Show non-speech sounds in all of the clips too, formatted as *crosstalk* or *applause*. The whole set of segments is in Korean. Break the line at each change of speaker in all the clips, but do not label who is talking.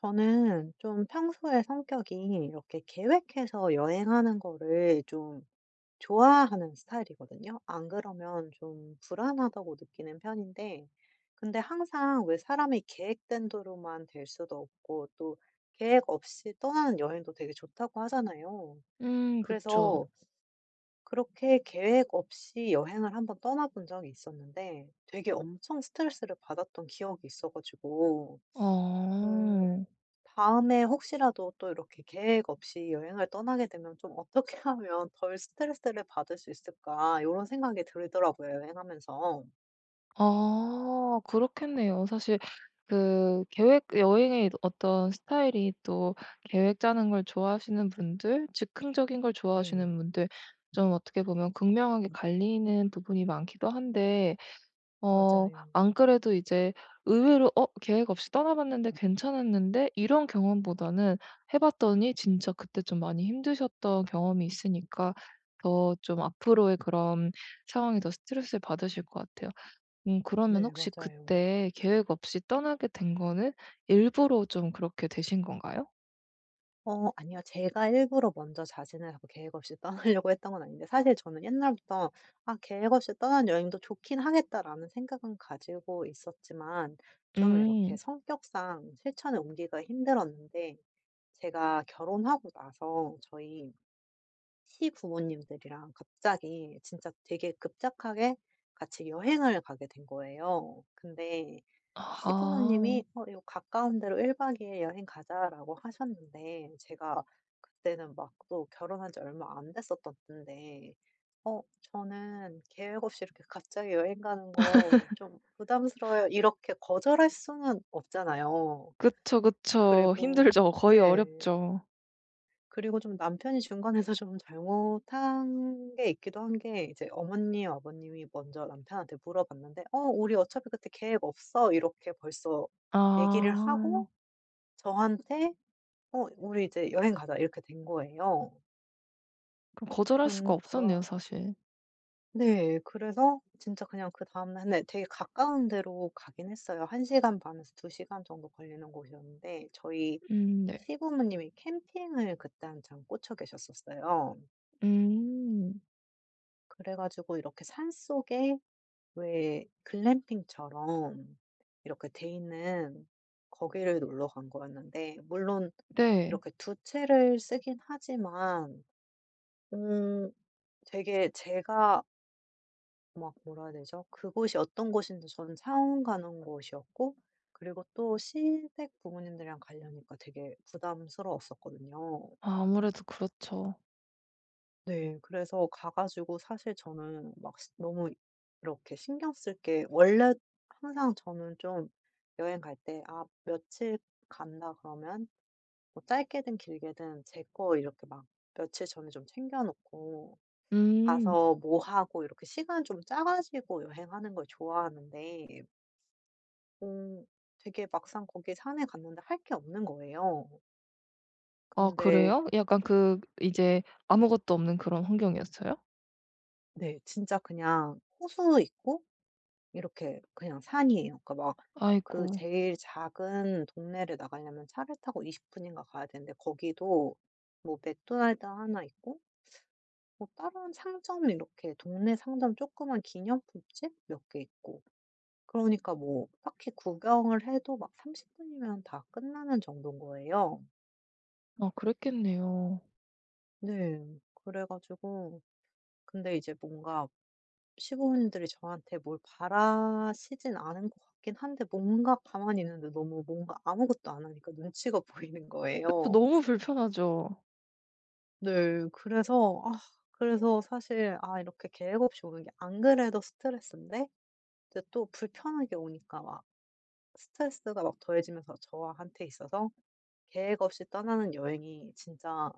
저는 좀 평소에 성격이 이렇게 계획해서 여행하는 거를 좀 좋아하는 스타일이거든요. 안 그러면 좀 불안하다고 느끼는 편인데, 근데 항상 왜 사람이 계획된 대로만 될 수도 없고, 또 계획 없이 떠나는 여행도 되게 좋다고 하잖아요.
그쵸.
그래서 그렇게 계획 없이 여행을 한번 떠나본 적이 있었는데, 되게 엄청 스트레스를 받았던 기억이 있어가지고, 어,
어.
다음에 혹시라도 또 이렇게 계획 없이 여행을 떠나게 되면 좀 '어떻게 *laughs* 하면 덜 스트레스를 받을 수 있을까?' 이런 생각이 들더라고요, 여행하면서.
아 그렇겠네요. 사실 그 계획 여행의 어떤 스타일이 또 계획 짜는 걸 좋아하시는 분들, 즉흥적인 걸
네.
좋아하시는 분들 좀 어떻게 보면 극명하게 갈리는 부분이 많기도 한데
맞아요.
안 그래도 이제 의외로 '어 계획 없이 떠나봤는데 괜찮았는데.' 이런 경험보다는 해 봤더니 진짜 그때 좀 많이 힘드셨던 경험이 있으니까 더 좀 앞으로의 그런 상황이 더 스트레스를 받으실 것 같아요. 그러면
네.
혹시
맞아요.
그때 계획 없이 떠나게 된 거는 일부러 좀 그렇게 되신 건가요?
아니요. 제가 일부러 먼저 자신을 자꾸 계획 없이 *laughs* 떠나려고 했던 건 아닌데, 사실 저는 옛날부터 '아 계획 없이 떠나는 여행도 좋긴 하겠다.'라는 생각은 가지고 있었지만 좀 이렇게
음.
성격상 실천에 옮기가 힘들었는데, 제가 결혼하고 나서 저희 시부모님들이랑 갑자기 진짜 되게 급작하게 같이 여행을 가게 된 거예요. 근데
아.
시부모님이 "어 요 가까운 데로 1박 2일 여행 가자."라고 하셨는데, 제가 그때는 막 또 결혼한 지 얼마 안 됐었던 때인데 "어 저는 계획 없이 이렇게 갑자기 여행 가는 거 좀 부담스러워요." 이렇게 거절할 수는 없잖아요.
그쵸, 그쵸.
그리고
힘들죠. 거의
네.
어렵죠.
그리고 좀 남편이 중간에서 좀 잘못한 게 있기도 한 게, 이제 어머니, 아버님이 먼저 남편한테 물어봤는데 "어 우리 어차피 그때 계획 없어." 이렇게 벌써 얘기를
아.
하고, 저한테 "어 우리 이제 여행 가자." 이렇게 된 거예요.
그럼 거절할 수가 없었네요
그니까
사실.
네. 그래서 진짜 그냥 그다음 날, 네, 되게 가까운 데로 가긴 했어요. 한 시간 반에서 2시간 정도 걸리는 곳이었는데, 저희
네.
시부모님이 캠핑을 그때 한참 꽂혀 계셨었어요.
음.
그래 가지고 이렇게 산속에 왜 글램핑처럼 이렇게 돼 있는 거기를 놀러 간 거였는데, 물론
네.
이렇게 두 채를 쓰긴 하지만 음 되게 제가 막, 뭐라 해야 되죠? 그곳이 어떤 곳인지 저는 사원 가는 곳이었고, 그리고 또 시댁 부모님들이랑 가려니까 되게 부담스러웠었거든요.
아 아무래도 그렇죠.
네. 그래서 가 가지고 사실 저는 막 시 너무 이렇게 신경 쓸 게, 원래 항상 저는 좀 여행 갈 때 '아 며칠 간다.' 그러면 뭐 짧게든 길게든 제 거 이렇게 막 며칠 전에 좀 챙겨 놓고
음.
가서 뭐 하고 이렇게 시간 좀 짜 가지고 여행하는 걸 좋아하는데, 어 되게 막상 거기 산에 갔는데 할 게 없는 거예요.
아
근데
그래요? 약간 그 이제 아무것도 없는 그런 환경이었어요?
네, 진짜 그냥 호수 있고 이렇게 그냥 산이에요. 그러니까 막 그
아이고.
제일 작은 동네를 나가려면 차를 타고 20분 분인가 가야 되는데, 거기도 뭐 맥도날드 하나 있고 뭐 다른 상점, 이렇게 동네 상점 조그만 기념품집 몇 개 있고, 그러니까 뭐 딱히 구경을 해도 막 30분 분이면 다 끝나는 정도인 거예요.
아 그랬겠네요.
네. 그래 가지고, 근데 이제 뭔가 시부모님들이 저한테 뭘 바라시진 않은 것 같긴 한데, 뭔가 가만히 있는데 너무 뭔가 아무것도 안 하니까 눈치가 *laughs* 보이는
그쵸.
거예요.
너무 불편하죠.
네. 그래서 사실 이렇게 계획 없이 오는 게 안 그래도 스트레스인데, 이제 또 불편하게 오니까 막 스트레스가 막 더해지면서, 저한테 있어서 계획 없이 떠나는 여행이 진짜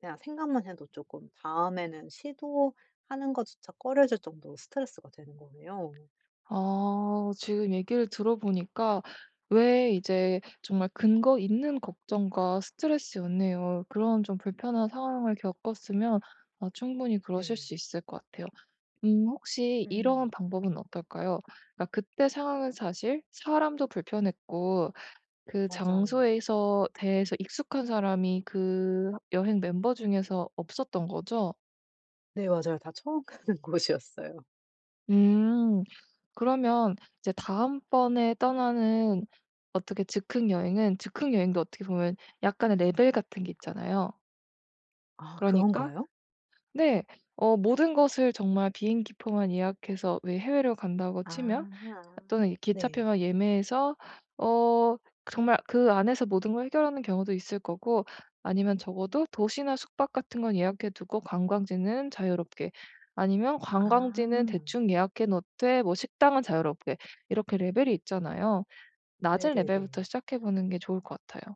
그냥 생각만 해도 조금 다음에는 시도하는 것조차 꺼려질 정도로 스트레스가 되는 거예요.
아 지금 얘기를 들어보니까 왜 이제 정말 근거 있는 걱정과 스트레스였네요. 그런 좀 불편한 상황을 겪었으면 아 충분히 그러실
네.
수 있을 것 같아요. 혹시 이런
음.
방법은 어떨까요? 그러니까 그때 상황은 사실 사람도 불편했고 그
맞아요.
장소에서 대해서 익숙한 사람이 그 여행 멤버 중에서 없었던 거죠?
네. 맞아요. 다 처음 가는 *laughs* 곳이었어요.
음. 그러면 이제 다음번에 떠나는 어떻게 즉흥 여행도 어떻게 보면 약간의 레벨 같은 게 있잖아요.
아
그러니까
그런가요?
네. 모든 것을 정말 비행기표만 예약해서 왜 해외로 간다고 치면
아.
또는 이
네.
기차표만 예매해서 어 정말 그 안에서 모든 걸 해결하는 경우도 있을 거고 아니면 적어도 도시나 숙박 같은 건 예약해 두고 관광지는 자유롭게 아니면
아.
관광지는 대충 예약해 놓되 뭐 식당은 자유롭게 이렇게 레벨이 있잖아요. 낮은 레벨부터
네네네.
시작해 보는 게 좋을 것 같아요.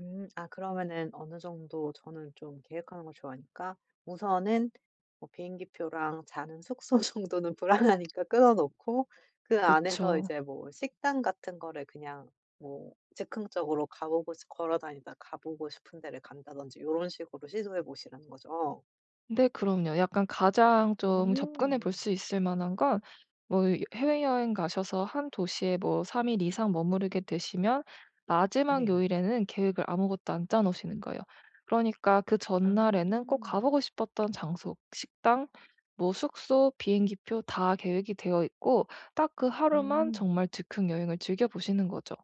음. 아 그러면은 어느 정도 저는 좀 계획하는 걸 좋아하니까, 우선은 뭐 비행기표랑 자는 숙소 *laughs* 정도는 불안하니까 끊어 놓고, 그 안에서
그쵸.
이제 뭐 식당 같은 거를 그냥, 뭐 즉흥적으로 가 보고 싶 걸어 다니다 가 보고 싶은 데를 간다든지 이런 식으로 시도해 보시라는 거죠.
네 그럼요. 약간 가장 좀 접근해 볼
음.
수 있을 만한 건 뭐 해외여행 가셔서 한 도시에 뭐 3일 이상 머무르게 되시면 마지막
네.
요일에는 계획을 아무것도 안 짜 놓으시는 거예요. 그러니까 그
아.
전날에는 꼭 가보고 싶었던 장소, 식당, 뭐 숙소, 비행기표 다 계획이 되어 있고 딱 그 하루만
음.
정말 즉흥 여행을 즐겨 보시는 거죠.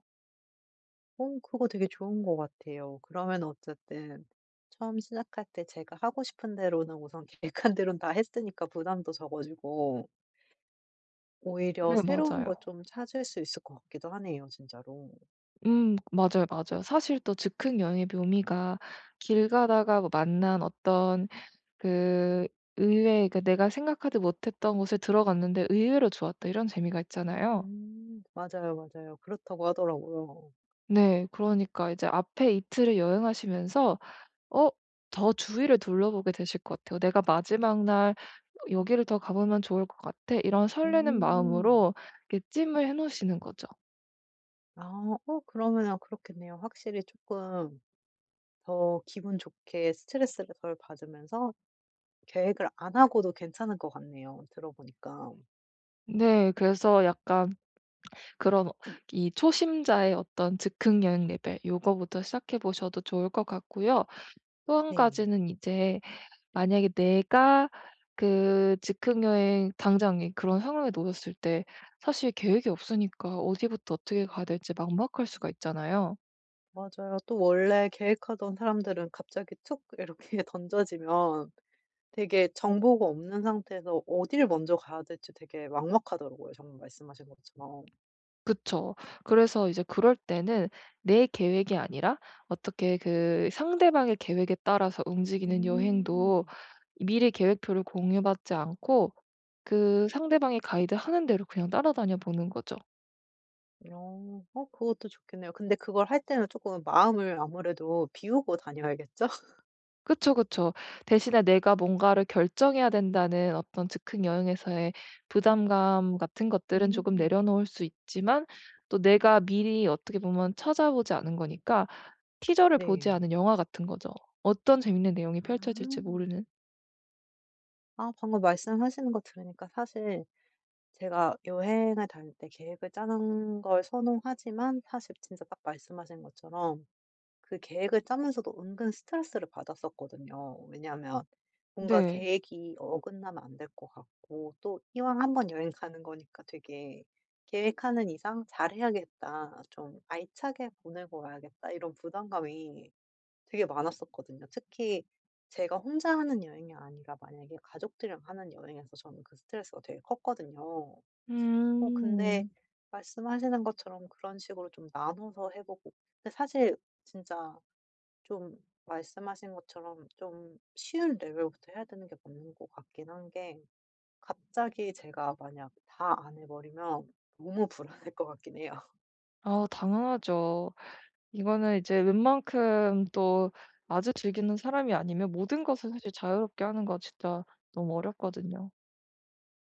그거 되게 좋은 것 같아요. 그러면 어쨌든 처음 시작할 때 제가 하고 싶은 대로는 우선 *laughs* 계획한 대로는 다 했으니까 부담도 적어지고, 오히려
네
새로운
맞아요.
거 좀 찾을 수 있을 것 같기도 하네요, 진짜로.
맞아요, 맞아요. 사실 또 즉흥 여행의 묘미가 길 가다가 뭐 만난 어떤 그 의외 그러니까 내가 생각하지 못했던 곳에 들어갔는데 의외로 좋았다 이런 재미가 있잖아요.
음. 맞아요, 맞아요. 그렇다고 하더라고요.
네. 그러니까 이제 앞에 이틀을 여행하시면서 어 더 주위를 둘러보게 되실 것 같아요. '내가 마지막 날 여기를 더 가 보면 좋을 것 같아.' 이런 설레는
음.
마음으로 이렇게 찜을 해 놓으시는 거죠.
그러면은 그렇겠네요. 확실히 조금 더 기분 좋게 스트레스를 덜 받으면서 계획을 안 하고도 괜찮을 것 같네요, 들어 보니까.
네. 그래서 약간 그런 이 초심자의 어떤 즉흥 여행 레벨 요거부터 시작해 보셔도 좋을 것 같고요. 또 한
네.
가지는 이제 만약에 내가 그 즉흥 여행 당장에 그런 상황에 놓였을 때 사실 계획이 없으니까 어디부터 어떻게 가야 될지 막막할 수가 있잖아요.
맞아요. 또 원래 계획하던 사람들은 갑자기 툭 이렇게 *laughs* 던져지면 되게 정보가 없는 상태에서 어디를 먼저 가야 될지 되게 막막하더라고요, 정말 말씀하신 것처럼.
그쵸. 그래서 이제 그럴 때는 내 계획이 아니라 어떻게 그 상대방의 계획에 따라서 움직이는 여행도
음.
미리 계획표를 공유받지 않고 그 상대방이 가이드 하는 대로 그냥 따라다녀 보는 거죠.
어. 그것도 좋겠네요. 근데 그걸 할 때는 조금 마음을 아무래도 비우고 다녀야겠죠? *laughs*
그쵸, 그쵸. 대신에 내가 뭔가를 결정해야 된다는 어떤 즉흥 여행에서의 부담감 같은 것들은 조금
음.
내려놓을 수 있지만 또 내가 미리 어떻게 보면 찾아보지 않은 거니까 티저를 보지
네.
않은 영화 같은 거죠. 어떤 재밌는 내용이 펼쳐질지
아.
모르는.
아 방금 말씀하시는 거 들으니까 사실 제가 여행을 다닐 때 계획을 짜는 걸 선호하지만, 사실 진짜 딱 말씀하신 것처럼 그 계획을 짜면서도 은근 스트레스를 받았었거든요. 왜냐하면 뭔가
네.
계획이 어긋나면 안 될 것 같고, 또 이왕 한번 여행 가는 거니까 되게 계획하는 이상 잘해야겠다, 좀 알차게 보내고 와야겠다, 이런 부담감이 되게 많았었거든요. 특히 제가 혼자 하는 여행이 아니라 만약에 가족들이랑 하는 여행에서 저는 그 스트레스가 되게 컸거든요. 근데
음.
말씀하시는 것처럼 그런 식으로 좀 나눠서 해 보고, 근데 사실 진짜 좀 말씀하신 것처럼 좀 쉬운 레벨부터 해야 되는 게 맞는 것 같긴 한 게, 갑자기 제가 만약 다 안 해 버리면 너무 불안할 것 같긴 해요.
아 당연하죠. 이거는 이제 웬만큼 또 아주 즐기는 사람이 아니면 모든 것을 사실 자유롭게 하는 거 진짜 너무 어렵거든요.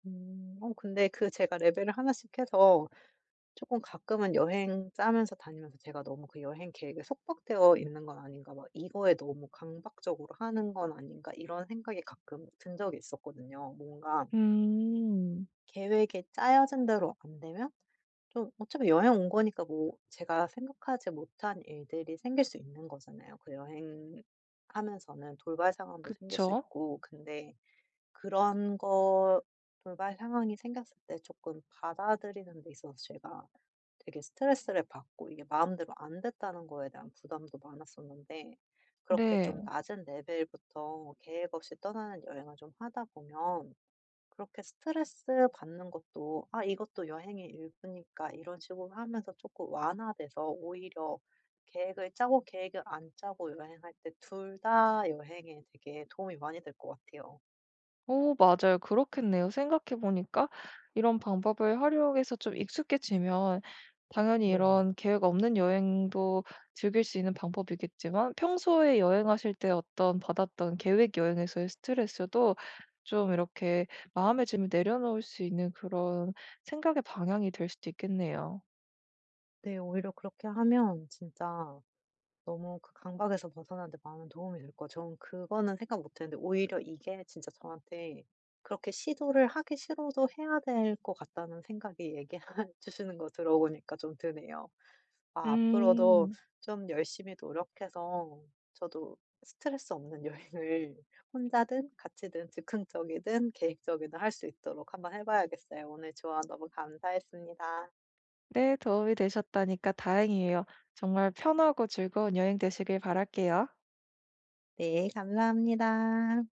음. 근데 그 제가 레벨을 하나씩 해서 조금 가끔은 여행 짜면서 다니면서, 제가 너무 그 여행 계획에 속박되어 있는 건 아닌가, 막 '이거에 너무 강박적으로 하는 건 아닌가.' 이런 생각이 가끔 든 적이 있었거든요. 뭔가
음.
계획에 짜여진 대로 안 되면, 좀 어차피 여행 온 거니까 뭐 제가 생각하지 못한 일들이 생길 수 있는 거잖아요. 그 여행하면서는 돌발 상황도 생길 수
그쵸.
있고, 근데 그런 거, 돌발 상황이 생겼을 때 조금 받아들이는 데 있어서 제가 되게 스트레스를 받고 이게 마음대로 안 됐다는 거에 대한 부담도 많았었는데, 그렇게 좀
네.
낮은 레벨부터 계획 없이 떠나는 여행을 좀 하다 보면 그렇게 스트레스 받는 것도 '아 이것도 여행의 일부니까.' 이런 식으로 하면서 조금 완화돼서, 오히려 계획을 짜고 계획을 안 짜고 여행할 때 둘 다 여행에 되게 도움이 많이 될 것 같아요.
오 맞아요. 그렇겠네요. 생각해 보니까 이런 방법을 활용해서 좀 익숙해지면 당연히
네.
이런 계획 없는 여행도 즐길 수 있는 방법이겠지만 평소에 여행하실 때 어떤 받았던 계획 여행에서의 스트레스도 좀 이렇게 마음의 짐을 내려놓을 수 있는 그런 생각의 방향이 될 수도 있겠네요.
네. 오히려 그렇게 하면 진짜 너무 그 강박에서 벗어나는데 많은 도움이 될 거예 저는, 그거는 생각 못 했는데, 오히려 이게 진짜 저한테 그렇게 시도를 하기 싫어도 해야 될 것 같다는 생각이 얘기해 *laughs* 주시는 거 들어보니까 좀 드네요. 아 앞으로도
음.
좀 열심히 노력해서 저도 스트레스 없는 여행을 혼자든 같이든 즉흥적이든 계획적이든 할 수 있도록 한번 해 봐야겠어요. 오늘 조언 너무 감사했습니다.
네. 도움이 되셨다니까 다행이에요. 정말 편하고 즐거운 여행 되시길 바랄게요.
네. 감사합니다.